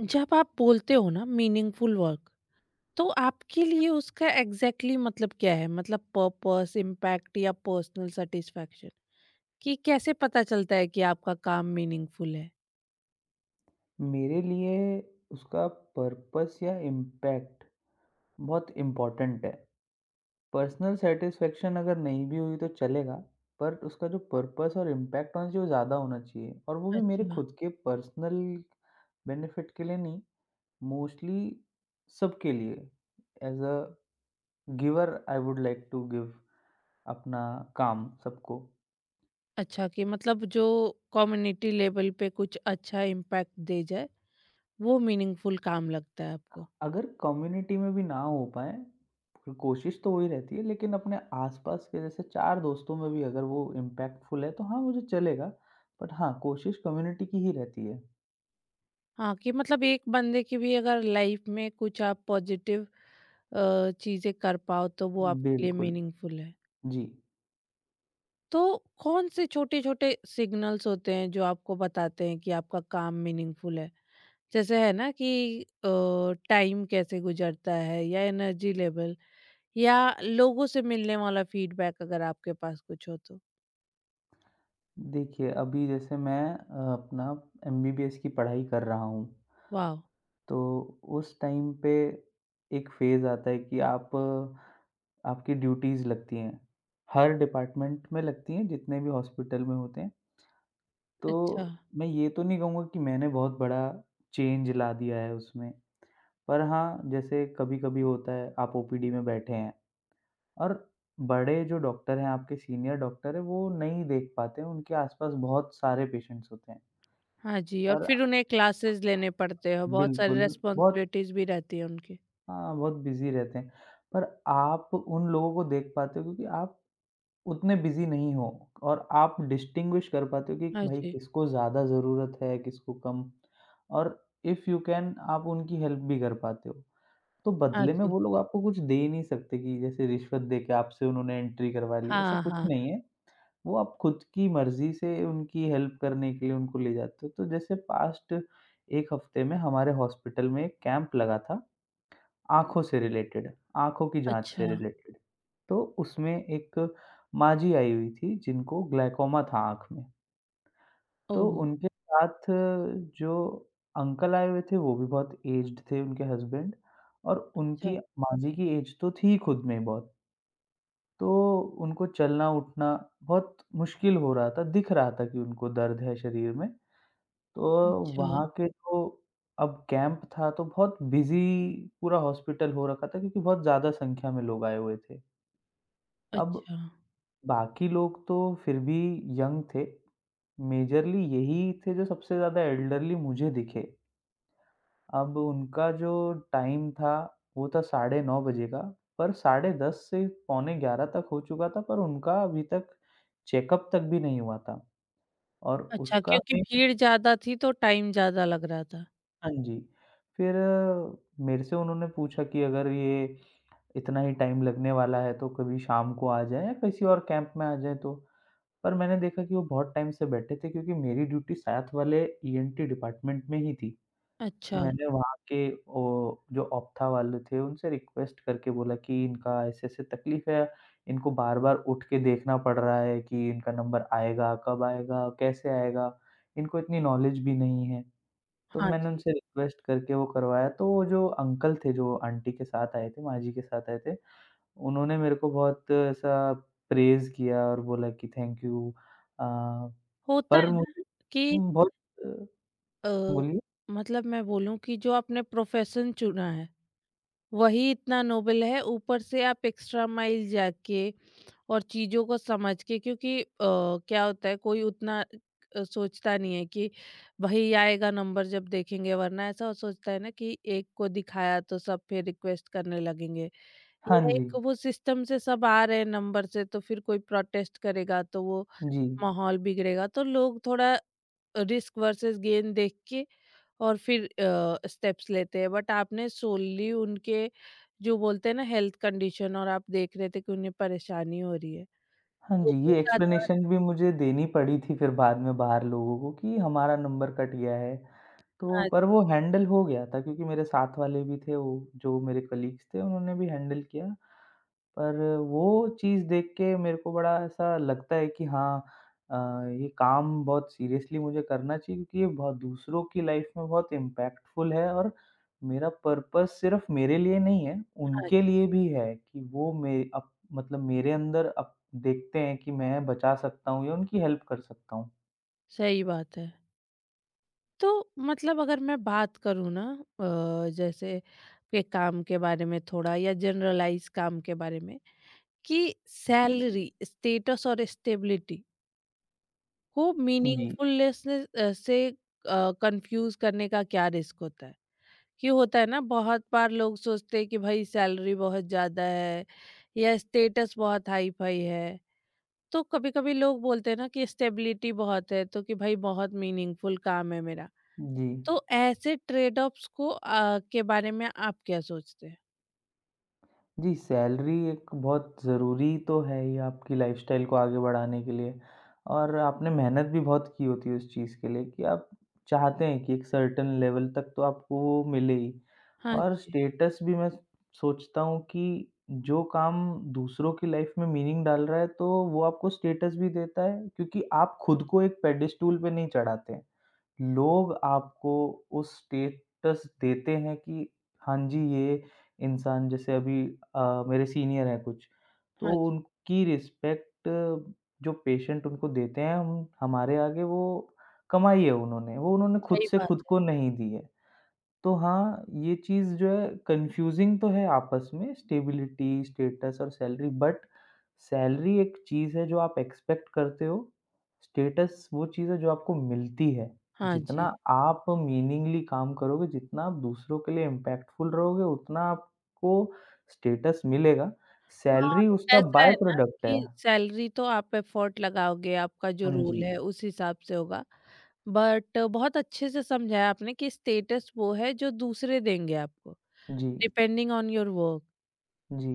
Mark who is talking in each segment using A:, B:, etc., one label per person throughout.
A: जब आप बोलते हो ना मीनिंगफुल वर्क तो आपके लिए उसका एग्जैक्टली exactly मतलब क्या है। मतलब पर्पस इम्पैक्ट या पर्सनल सेटिस्फेक्शन कि कैसे पता चलता है कि आपका काम मीनिंगफुल है।
B: मेरे लिए उसका पर्पस या इम्पैक्ट बहुत इम्पोर्टेंट है। पर्सनल सैटिस्फैक्शन अगर नहीं भी हुई तो चलेगा, पर उसका जो पर्पस और इम्पैक्ट होना चाहिए वो ज़्यादा होना चाहिए और वो भी मेरे
A: अच्छा।
B: खुद के पर्सनल बेनिफिट के लिए नहीं, मोस्टली सबके लिए। As a giver I would like to give अपना काम सबको।
A: अच्छा कि मतलब जो कम्युनिटी लेवल पे कुछ अच्छा इम्पैक्ट दे जाए वो मीनिंगफुल काम लगता है आपको।
B: अगर कम्युनिटी में भी ना हो पाए, क कोशिश तो वही रहती है लेकिन अपने आस-पास के जैसे 4 दोस्तों में भी अगर वो इम्पैक्टफुल है तो हाँ, मुझे चलेगा। बट हाँ, कोशिश कम्युनिटी की ही रहती है।
A: हाँ कि मतलब एक बंदे की भी अगर लाइफ में कुछ आप पॉजिटिव चीजें कर पाओ तो वो आपके लिए
B: बिल्कुल,
A: मीनिंगफुल है।
B: जी।
A: तो कौन से छोटे-छोटे सिग्नल्स होते हैं जो आपको बताते हैं कि आपका काम मीनिंगफुल है? जैसे है ना कि टाइम कैसे गुज़रता है या एनर्जी लेवल या लोगों से मिलने वाला फीडबैक अगर आपके पास कुछ हो तो?
B: देखिए, अभी जैसे मैं अपना एमबीबीएस की पढ़ाई कर रहा हूँ,
A: वॉव!
B: तो उस टाइम पे एक फ़ेज़ आता है कि आपकी ड्यूटीज़ लगती हैं। हर डिपार्टमेंट में लगती हैं, जितने भी हॉस्पिटल में होते हैं। तो
A: अच्छा।
B: मैं ये तो नहीं कहूँगा कि मैंने बहुत बड़ा चेंज ला दिया है उसमें, पर हाँ, जैसे कभी-कभी होता है आप ओपीडी में बैठे हैं और बड़े जो डॉक्टर हैं, आपके सीनियर डॉक्टर हैं, वो नहीं देख पाते हैं, उनके आस-पास बहुत सारे पेशेंट्स होते हैं।
A: हाँ जी, और
B: पर
A: फिर उन्हें क्लासेस लेने पड़ते हैं, बहुत सारी
B: बिल्कुल, बहुत
A: रिस्पॉन्सिबिलिटीज़ भी रहती है उनकी।
B: हाँ, बहुत बिज़ी रहते हैं। पर आप उन लोगों को देख पाते हो क्योंकि आप उतने बिज़ी नहीं हो और आप डिस्टिंग्विश कर पाते हो कि
A: हाँ
B: भाई
A: जी,
B: किसको ज़्यादा ज़रूरत है, किसको कम और इफ़ यू कैन आप उनकी हेल्प भी कर पाते हो। तो
A: हाँ
B: बदले में
A: जी।
B: वो लोग आपको कुछ दे ही नहीं सकते कि जैसे रिश्वत देके आपसे उन्होंने एंट्री करवा ली, ऐसा
A: हाँ,
B: कुछ
A: हाँ।
B: नहीं है। वो आप खुद की मर्ज़ी से उनकी हेल्प करने के लिए उनको ले जाते हो। तो जैसे पास्ट 1 हफ़्ते में हमारे हॉस्पिटल में एक कैंप लगा था। आँखों से रिलेटेड, आँखों की जाँच से
A: अच्छा।
B: रिलेटेड। तो उसमें एक माँ जी आई हुई थी जिनको ग्लाइकोमा था आँख में। तो
A: ओह!
B: उनके साथ जो अंकल आए हुए थे वो भी बहुत एज्ड थे उनके हस्बैंड और
A: अच्छा।
B: उनकी माँ जी की एज तो थी खुद में ही बहुत। तो उनको चलना-उठना बहुत मुश्किल हो रहा था, दिख रहा था कि उनको दर्द है शरीर में। तो
A: अच्छा।
B: वहाँ के जो अब कैंप था तो बहुत बिज़ी पूरा हॉस्पिटल हो रखा था क्योंकि बहुत ज़्यादा संख्या में लोग आए हुए थे। अब
A: अच्छा।
B: बाकी लोग तो फिर भी यंग थे, मेजरली यही थे जो सबसे ज़्यादा एल्डरली मुझे दिखे। अब उनका जो टाइम था वो था साढ़े 9 बजे का, पर साढ़े 10 से पौने 11 तक हो चुका था पर उनका अभी तक चेकअप तक भी नहीं हुआ था और
A: अच्छा,
B: उसका
A: क्योंकि
B: मैं
A: भीड़ ज़्यादा थी तो टाइम ज़्यादा लग रहा था।
B: हाँ जी। फिर अ, मेरे से उन्होंने पूछा कि अगर ये इतना ही टाइम लगने वाला है तो कभी शाम को आ जाएँ या किसी और कैंप में आ जाएँ तो। पर मैंने देखा कि वो बहुत टाइम से बैठे थे क्योंकि मेरी ड्यूटी साथ वाले ईएनटी डिपार्टमेंट में ही थी।
A: अच्छा,
B: मैंने वहाँ के ओ जो ऑप्था वाले थे उनसे रिक्वेस्ट करके बोला कि इनका ऐसे-ऐसे तकलीफ़ है, इनको बार-बार उठ के देखना पड़ रहा है कि इनका नंबर आएगा, कब आएगा, कैसे आएगा? इनको इतनी नॉलेज भी नहीं है। तो
A: हाँ
B: मैंने
A: जी।
B: उनसे रिक्वेस्ट करके वो करवाया, तो वो जो अंकल थे, जो आंटी के साथ आए थे, माँ जी के साथ आए थे, उन्होंने मेरे को बहुत ऐसा प्रेज़ किया और बोला कि थैंक यू अ,
A: होता
B: पर
A: है ना
B: मुझे
A: कि
B: बहुत अ,
A: अ,
B: बोलिए?
A: मतलब मैं बोलूँ कि जो आपने प्रोफ़ेशन चुना है, वही इतना नोबेल है। ऊपर से आप एक्स्ट्रा माइल जाके और चीज़ों को समझ के, क्योंकि क्या होता है कोई उतना सोचता नहीं है कि वही आएगा नंबर जब देखेंगे, वरना ऐसा सोचता है ना कि एक को दिखाया तो सब फिर रिक्वेस्ट करने लगेंगे।
B: हाँ
A: या
B: जी,
A: एक वो सिस्टम से सब आ रहे हैं नंबर से तो फिर कोई प्रोटेस्ट करेगा तो वो
B: जी।
A: माहौल बिगड़ेगा, तो लोग थोड़ा रिस्क वर्सेस गेन देख के और फिर स्टेप्स लेते हैं। बट आपने सोलली उनके, जो बोलते हैं ना हेल्थ कंडीशन, और आप देख रहे थे कि उन्हें परेशानी हो रही है
B: हाँ
A: तो
B: जी, ये
A: उस आधार।
B: एक्सप्लेनेशन भी मुझे देनी पड़ी थी फिर बाद में बाहर लोगों को कि हमारा नंबर कट गया है, तो
A: हाँ जी,
B: पर वो हैंडल हो गया था क्योंकि मेरे साथ वाले भी थे, वो जो मेरे कलीग्स थे, उन्होंने भी हैंडल किया। पर वो चीज़ देख के मेरे को बड़ा ऐसा लगता है कि हाँ अ, ये काम बहुत सीरियसली मुझे करना चाहिए क्योंकि ये बहुत दूसरों की लाइफ में बहुत इम्पैक्टफुल है और मेरा पर्पस सिर्फ मेरे लिए नहीं है,
A: हाँ जी,
B: उनके लिए भी है कि वो मे अप मतलब मेरे अंदर अप देखते हैं कि मैं बचा सकता हूँ या उनकी हेल्प कर सकता हूँ।
A: सही बात है। तो मतलब अगर मैं बात करूँ ना जैसे के काम के बारे में थोड़ा या जनरलाइज काम के बारे में कि सैलरी, स्टेटस और स्टेबिलिटी को
B: जी,
A: मीनिंगफुलनेसनेस से कंफ्यूज करने का क्या रिस्क होता है? कि होता है ना बहुत बार लोग सोचते हैं कि भाई सैलरी बहुत ज़्यादा है या स्टेटस बहुत हाई-फाई है। तो कभी-कभी लोग बोलते हैं ना कि स्टेबिलिटी बहुत है तो कि भाई बहुत मीनिंगफुल काम है मेरा।
B: जी।
A: तो ऐसे ट्रेड ऑफ्स को के बारे में आप क्या सोचते हैं?
B: जी, सैलरी एक बहुत ज़रूरी तो है ही आपकी लाइफ़स्टाइल को आगे बढ़ाने के लिए और आपने मेहनत भी बहुत की होती है उस चीज़ के लिए कि आप चाहते हैं कि एक सर्टेन लेवल तक तो आपको वो मिले ही।
A: हाँ
B: और
A: जी।
B: स्टेटस भी मैं सोचता हूँ कि जो काम दूसरों की लाइफ़ में मीनिंग डाल रहा है, तो वो आपको स्टेटस भी देता है क्योंकि आप खुद को एक पेडेस्टूल पे नहीं चढ़ाते हैं। लोग आपको उस स्टेटस देते हैं कि हाँ जी, ये इंसान जैसे अभी मेरे सीनियर हैं कुछ,
A: हाँ
B: तो
A: जी,
B: उनकी रिस्पेक्ट जो पेशेंट उनको देते हैं हम हमारे आगे वो कमाई है उन्होंने, वो उन्होंने खुद
A: सही
B: से
A: बात
B: खुद
A: है।
B: को नहीं दी है। तो हाँ, ये चीज़ जो है कन्फ्यूज़िंग तो है आपस में स्टेबिलिटी, स्टेटस और सैलरी बट सैलरी एक चीज़ है जो आप एक्सपेक्ट करते हो। स्टेटस वो चीज़ है जो आपको मिलती है।
A: हाँ जी।
B: जितना आप मीनिंगली काम करोगे, जितना आप दूसरों के लिए इम्पैक्टफुल रहोगे, उतना आपको स्टेटस मिलेगा।
A: हाँ,
B: सैलरी
A: तो
B: उसका
A: ऐसा
B: बाय
A: है ना
B: प्रोडक्ट है।
A: कि सैलरी तो आप एफर्ट लगाओगे, आपका जो
B: हाँ
A: रोल
B: जी।
A: है उस हिसाब से होगा। बट बहुत अच्छे से समझाया आपने कि स्टेटस वो है जो दूसरे देंगे आपको,
B: जी,
A: डिपेंडिंग ऑन योर वर्क।
B: जी।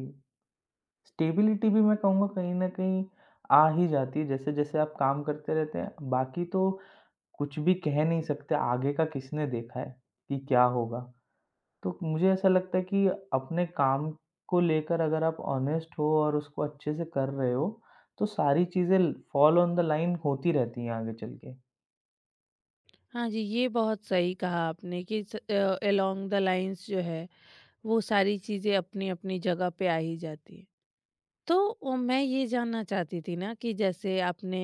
B: स्टेबिलिटी भी मैं कहूँगा कहीं न कहीं आ ही जाती है, जैसे-जैसे आप काम करते रहते हैं, बाकी तो कुछ भी कह नहीं सकते आगे का किसने देखा है कि क्या होगा? तो मुझे ऐसा लगता है कि अपने काम को लेकर अगर आप ऑनेस्ट हो और उसको अच्छे से कर रहे हो, तो सारी चीज़ें ल फ़ॉल ऑन द लाइन होती रहती हैं आगे चल के।
A: हाँ जी, ये बहुत सही कहा आपने कि अलोंग द लाइन्स जो है, वो सारी चीज़ें अपनी-अपनी जगह पे आ ही जाती है। तो ओ, मैं ये जानना चाहती थी ना कि जैसे आपने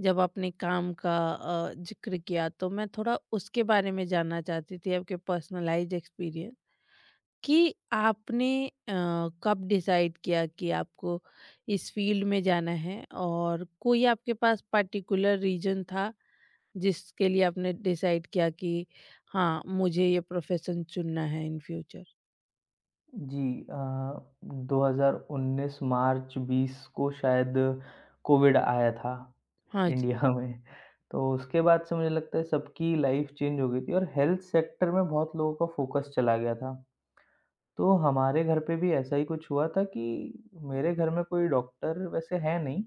A: जब आपने काम का जिक्र किया तो मैं थोड़ा उसके बारे में जानना चाहती थी आपके पर्सनलाइज एक्सपीरियंस कि आपने कब डिसाइड किया कि आपको इस फील्ड में जाना है, और कोई आपके पास पर्टिकुलर रीजन था जिसके लिए आपने डिसाइड किया कि हाँ मुझे ये प्रोफेशन चुनना है इन फ्यूचर।
B: जी अ, 2019 मार्च 20 को शायद कोविड आया था
A: हाँ जी।
B: इंडिया में। तो उसके बाद से मुझे लगता है सबकी लाइफ़ चेंज हो गई थी और हेल्थ सेक्टर में बहुत लोगों का फ़ोकस चला गया था। तो हमारे घर पे भी ऐसा ही कुछ हुआ था कि मेरे घर में कोई डॉक्टर वैसे है नहीं,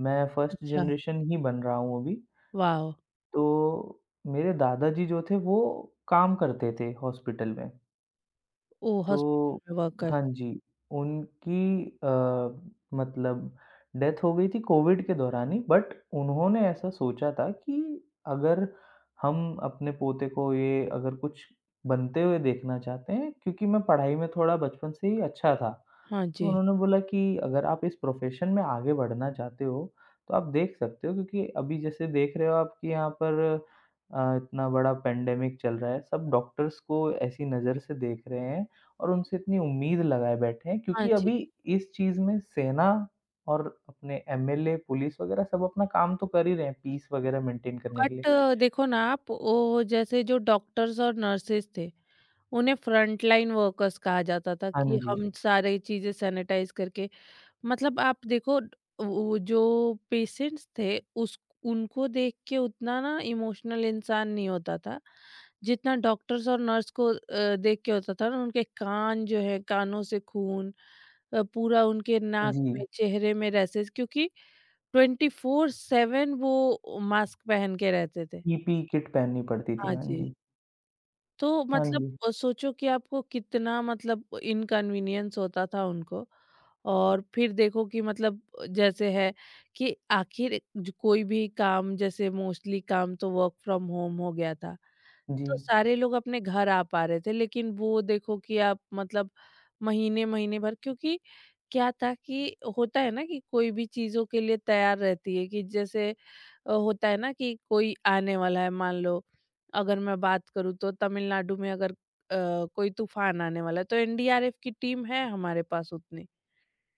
B: मैं फर्स्ट
A: अच्छा।
B: जनरेशन ही बन रहा हूँ अभी।
A: वाह।
B: तो मेरे दादाजी जो थे वो काम करते थे हॉस्पिटल में।
A: ओ हॉस्पिटल
B: तो
A: में वर्क कर।
B: हाँ जी, उनकी मतलब डेथ हो गई थी कोविड के दौरान ही बट उन्होंने ऐसा सोचा था कि अगर हम अपने पोते को ये अगर कुछ बनते हुए देखना चाहते हैं क्योंकि मैं पढ़ाई में थोड़ा बचपन से ही अच्छा था।
A: हाँ
B: तो
A: जी।
B: उन्होंने बोला कि अगर आप इस प्रोफ़ेशन में आगे बढ़ना चाहते हो, तो आप देख सकते हो क्योंकि अभी जैसे देख रहे हो आप कि यहाँ पर इतना बड़ा पेंडेमिक चल रहा है, सब डॉक्टर्स को ऐसी नज़र से देख रहे हैं और उनसे इतनी उम्मीद लगाए बैठे हैं
A: हाँ
B: क्योंकि
A: जी।
B: अभी इस चीज़ में सेना और अपने एमएलए, पुलिस वगैरह सब अपना काम तो कर ही रहे हैं पीस वगैरह मेंटेन करने के लिए।
A: बट देखो ना, आप वो जैसे जो डॉक्टर्स और नर्सेस थे उन्हें फ्रंट लाइन वर्कर्स कहा जाता था
B: हाँ
A: कि
B: जी।
A: हम सारे चीजें सैनिटाइज करके। मतलब आप देखो वो जो पेशेंट्स थे उस उनको देख के उतना ना इमोशनल इंसान नहीं होता था जितना डॉक्टर्स और नर्स को देख के होता था ना, उनके कान जो है कानों से खून, पूरा उनके नाक
B: जी,
A: में चेहरे में रैसेस, क्योंकि 24/7 वो मास्क पहन के रहते थे।
B: पीपी किट पहननी पड़ती थी।
A: हाँ
B: हाँ
A: जी,
B: जी।
A: तो
B: हाँ
A: मतलब
B: जी।
A: सोचो कि आपको कितना मतलब इनकन्वीनियंस होता था उनको। और फिर देखो कि मतलब जैसे है कि आखिर जो कोई भी काम जैसे मोस्टली काम तो वर्क फ्रॉम होम हो गया था,
B: जी,
A: तो सारे लोग अपने घर आ पा रहे थे, लेकिन वो देखो कि आप मतलब महीने, महीने भर, क्योंकि क्या था कि होता है ना कि कोई भी चीज़ों के लिए तैयार रहती है कि जैसे होता है ना कि कोई आने वाला है मान लो। अगर मैं बात करूँ तो तमिलनाडु में अगर कोई तूफान आने वाला है तो एनडीआरएफ की टीम है हमारे पास उतनी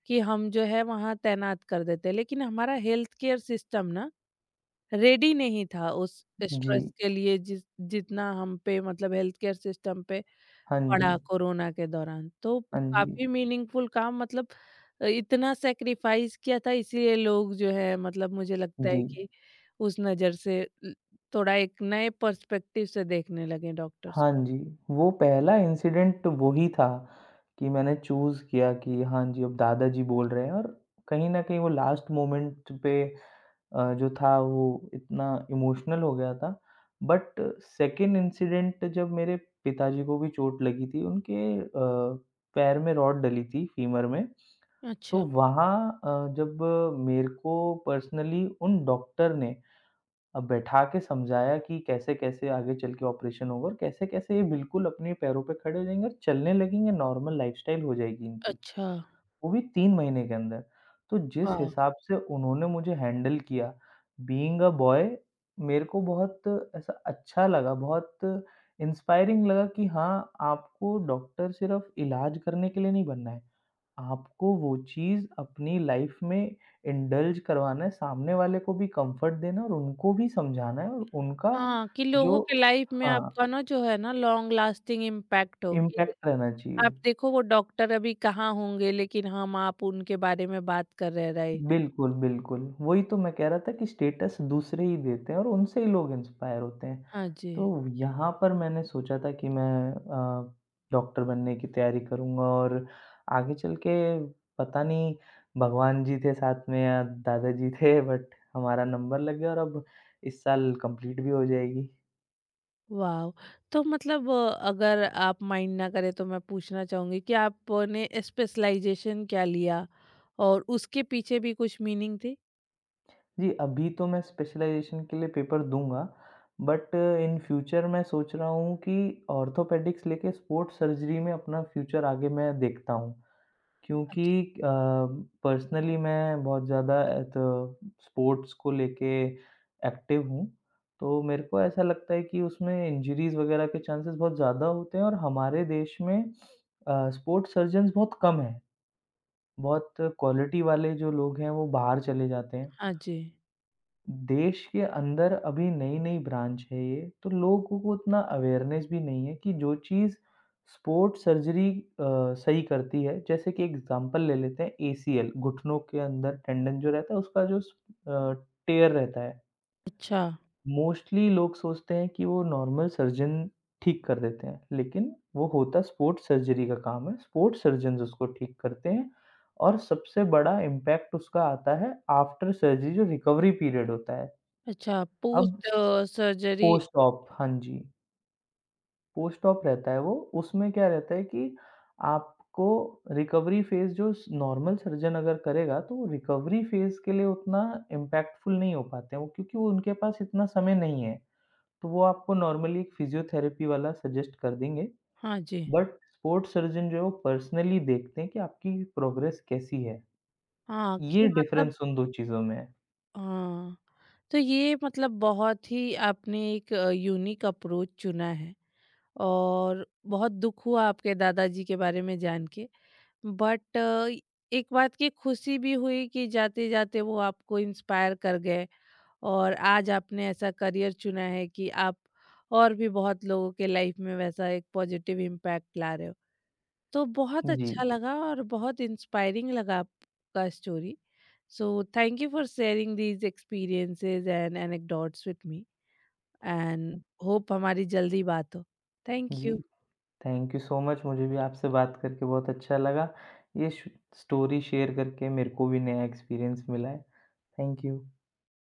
A: कि हम जो है वहाँ तैनात कर देते हैं। लेकिन हमारा हेल्थ केयर सिस्टम ना रेडी नहीं था उस
B: जी।
A: स्ट्रेस के लिए, जिस जितना हम पे मतलब हेल्थ केयर सिस्टम पे
B: हाँ जी।
A: पड़ा कोरोना के दौरान, तो
B: हाँ जी।
A: काफी मीनिंगफुल काम मतलब इतना सेक्रीफाइस किया था इसीलिए लोग जो है मतलब मुझे लगता
B: जी।
A: है कि उस नज़र से ल थोड़ा एक नए पर्सपेक्टिव से देखने लगे डॉक्टर्स।
B: हाँ जी। वो पहला इंसिडेंट वही था कि मैंने चूज़ किया कि हाँ जी, अब दादा जी बोल रहे हैं और कहीं न कहीं वो लास्ट मोमेंट पे जो था वो इतना इमोशनल हो गया था। बट सेकंड इंसिडेंट जब मेरे पिताजी को भी चोट लगी थी, उनके पैर में रॉड डली थी फीमर में, तो
A: अच्छा,
B: जब मेरे को पर्सनली उन डॉक्टर ने बैठा के समझाया कि कैसे-कैसे आगे चल के ऑपरेशन होगा और कैसे-कैसे ये बिल्कुल अपने पैरों पे खड़े हो जाएँगे और चलने लगेंगे, नॉर्मल लाइफ़स्टाइल हो जाएगी इनकी।
A: अच्छा,
B: वो भी 3 महीने के अंदर। तो जिस
A: वाह!
B: हिसाब से उन्होंने मुझे हैंडल किया बीइंग अ बॉय मेरे को बहुत ऐसा अच्छा लगा, बहुत इंस्पायरिंग लगा कि हाँ, आपको डॉक्टर सिर्फ़ इलाज करने के लिए नहीं बनना है। आपको वो चीज़ अपनी लाइफ़ में इंडल्ज करवाना है, सामने वाले को भी कंफर्ट देना है और उनको भी समझाना है और उनका
A: हाँ, कि लोगों
B: जो
A: के लाइफ में
B: हाँ,
A: आपका ना जो है ना लॉन्ग लास्टिंग इम्पैक्ट हो कि द।
B: इम्पैक्ट रहना चाहिए।
A: आप देखो वो डॉक्टर अभी कहाँ होंगे, लेकिन हम आप उनके बारे में बात कर रहे हैं, राइट?
B: बिल्कुल, बिल्कुल। वही तो मैं कह रहा था कि स्टेटस दूसरे ही देते हैं और उनसे ही लोग इंस्पायर होते हैं।
A: हाँ जी,
B: तो यहाँ पर मैंने सोचा था कि मैं डॉक्टर बनने की तैयारी करूँगा और आगे चल के पता नहीं भगवान जी थे साथ में या दादा जी थे बट हमारा नंबर लग गया और अब इस साल कंप्लीट भी हो जाएगी।
A: वाव! तो मतलब अगर आप माइंड ना करें तो मैं पूछना चाहूँगी कि आपने स्पेशलाइज़ेशन क्या लिया और उसके पीछे भी कुछ मीनिंग थी?
B: जी, अभी तो मैं स्पेशलाइज़ेशन के लिए पेपर दूँगा, बट इन फ्यूचर मैं सोच रहा हूँ कि ऑर्थोपेडिक्स लेके स्पोर्ट्स सर्जरी में अपना फ्यूचर आगे मैं देखता हूँ। क्योंकि
A: अच्छा।
B: अ, पर्सनली मैं बहुत ज़्यादा तो स्पोर्ट्स को लेके एक्टिव हूँ, तो मेरे को ऐसा लगता है कि उसमें इंजरीज़ वग़ैरह के चांसेस बहुत ज़्यादा होते हैं और हमारे देश में स्पोर्ट्स सर्जन्स बहुत कम हैं। बहुत क्वालिटी वाले जो लोग हैं, वो बाहर चले जाते हैं।
A: हाँ जी,
B: देश के अंदर अभी नई-नई ब्रांच है ये, तो लोगों को उतना अवेयरनेस भी नहीं है कि जो चीज़ स्पोर्ट सर्जरी सही करती है, जैसे कि एग्ज़ाम्पल ले लेते हैं एसीएल, घुटनों के अंदर टेंडन जो रहता है, उसका जो अ, टेयर रहता है,
A: अच्छा।
B: मोस्टली लोग सोचते हैं कि वो नॉर्मल सर्जन ठीक कर देते हैं, लेकिन वो होता स्पोर्ट सर्जरी का काम है, स्पोर्ट सर्जन्स उसको ठीक करते हैं और सबसे बड़ा इम्पैक्ट उसका आता है आफ्टर सर्जरी जो रिकवरी पीरियड होता है।
A: अच्छा,
B: अब
A: पोस्ट सर्जरी।
B: पोस्ट ऑप हाँ जी, पोस्ट ऑप रहता है वो, उसमें क्या रहता है कि आपको रिकवरी फ़ेज़ जो स नॉर्मल सर्जन अगर करेगा, तो वो रिकवरी फ़ेज़ के लिए उतना इम्पैक्टफुल नहीं हो पाते हैं वो क्योंकि वो उनके पास इतना समय नहीं है। तो वो आपको नॉर्मली एक फिज़ियोथेरेपी वाला सजेस्ट कर देंगे,
A: हाँ जी।
B: बट स्पोर्ट्स सर्जन जो है वो पर्सनली देखते हैं कि आपकी प्रोग्रेस कैसी है।
A: हाँ,
B: ये
A: कि मतलब।
B: डिफ़रेंस उन 2 चीज़ों में है।
A: हाँ, तो ये मतलब बहुत ही आपने एक यूनिक अप्रोच चुना है। और बहुत दुःख हुआ आपके दादाजी के बारे में जान के। बट एक बात की खुशी भी हुई कि जाते-जाते वो आपको इंस्पायर कर गए और आज आपने ऐसा करियर चुना है कि आप और भी बहुत लोगों के लाइफ में वैसा एक पॉजिटिव इम्पैक्ट ला रहे हो। तो बहुत
B: जी।
A: अच्छा लगा और बहुत इंस्पायरिंग लगा आपका story. So thank you for sharing these experiences and anecdotes with me and hope हमारी जल्दी बात हो। थैंक
B: जी।
A: You
B: thank you so much. मुझे भी आपसे बात करके बहुत अच्छा लगा। ये श स्टोरी शेयर करके मेरे को भी नया एक्सपीरियंस मिला है। Thank you.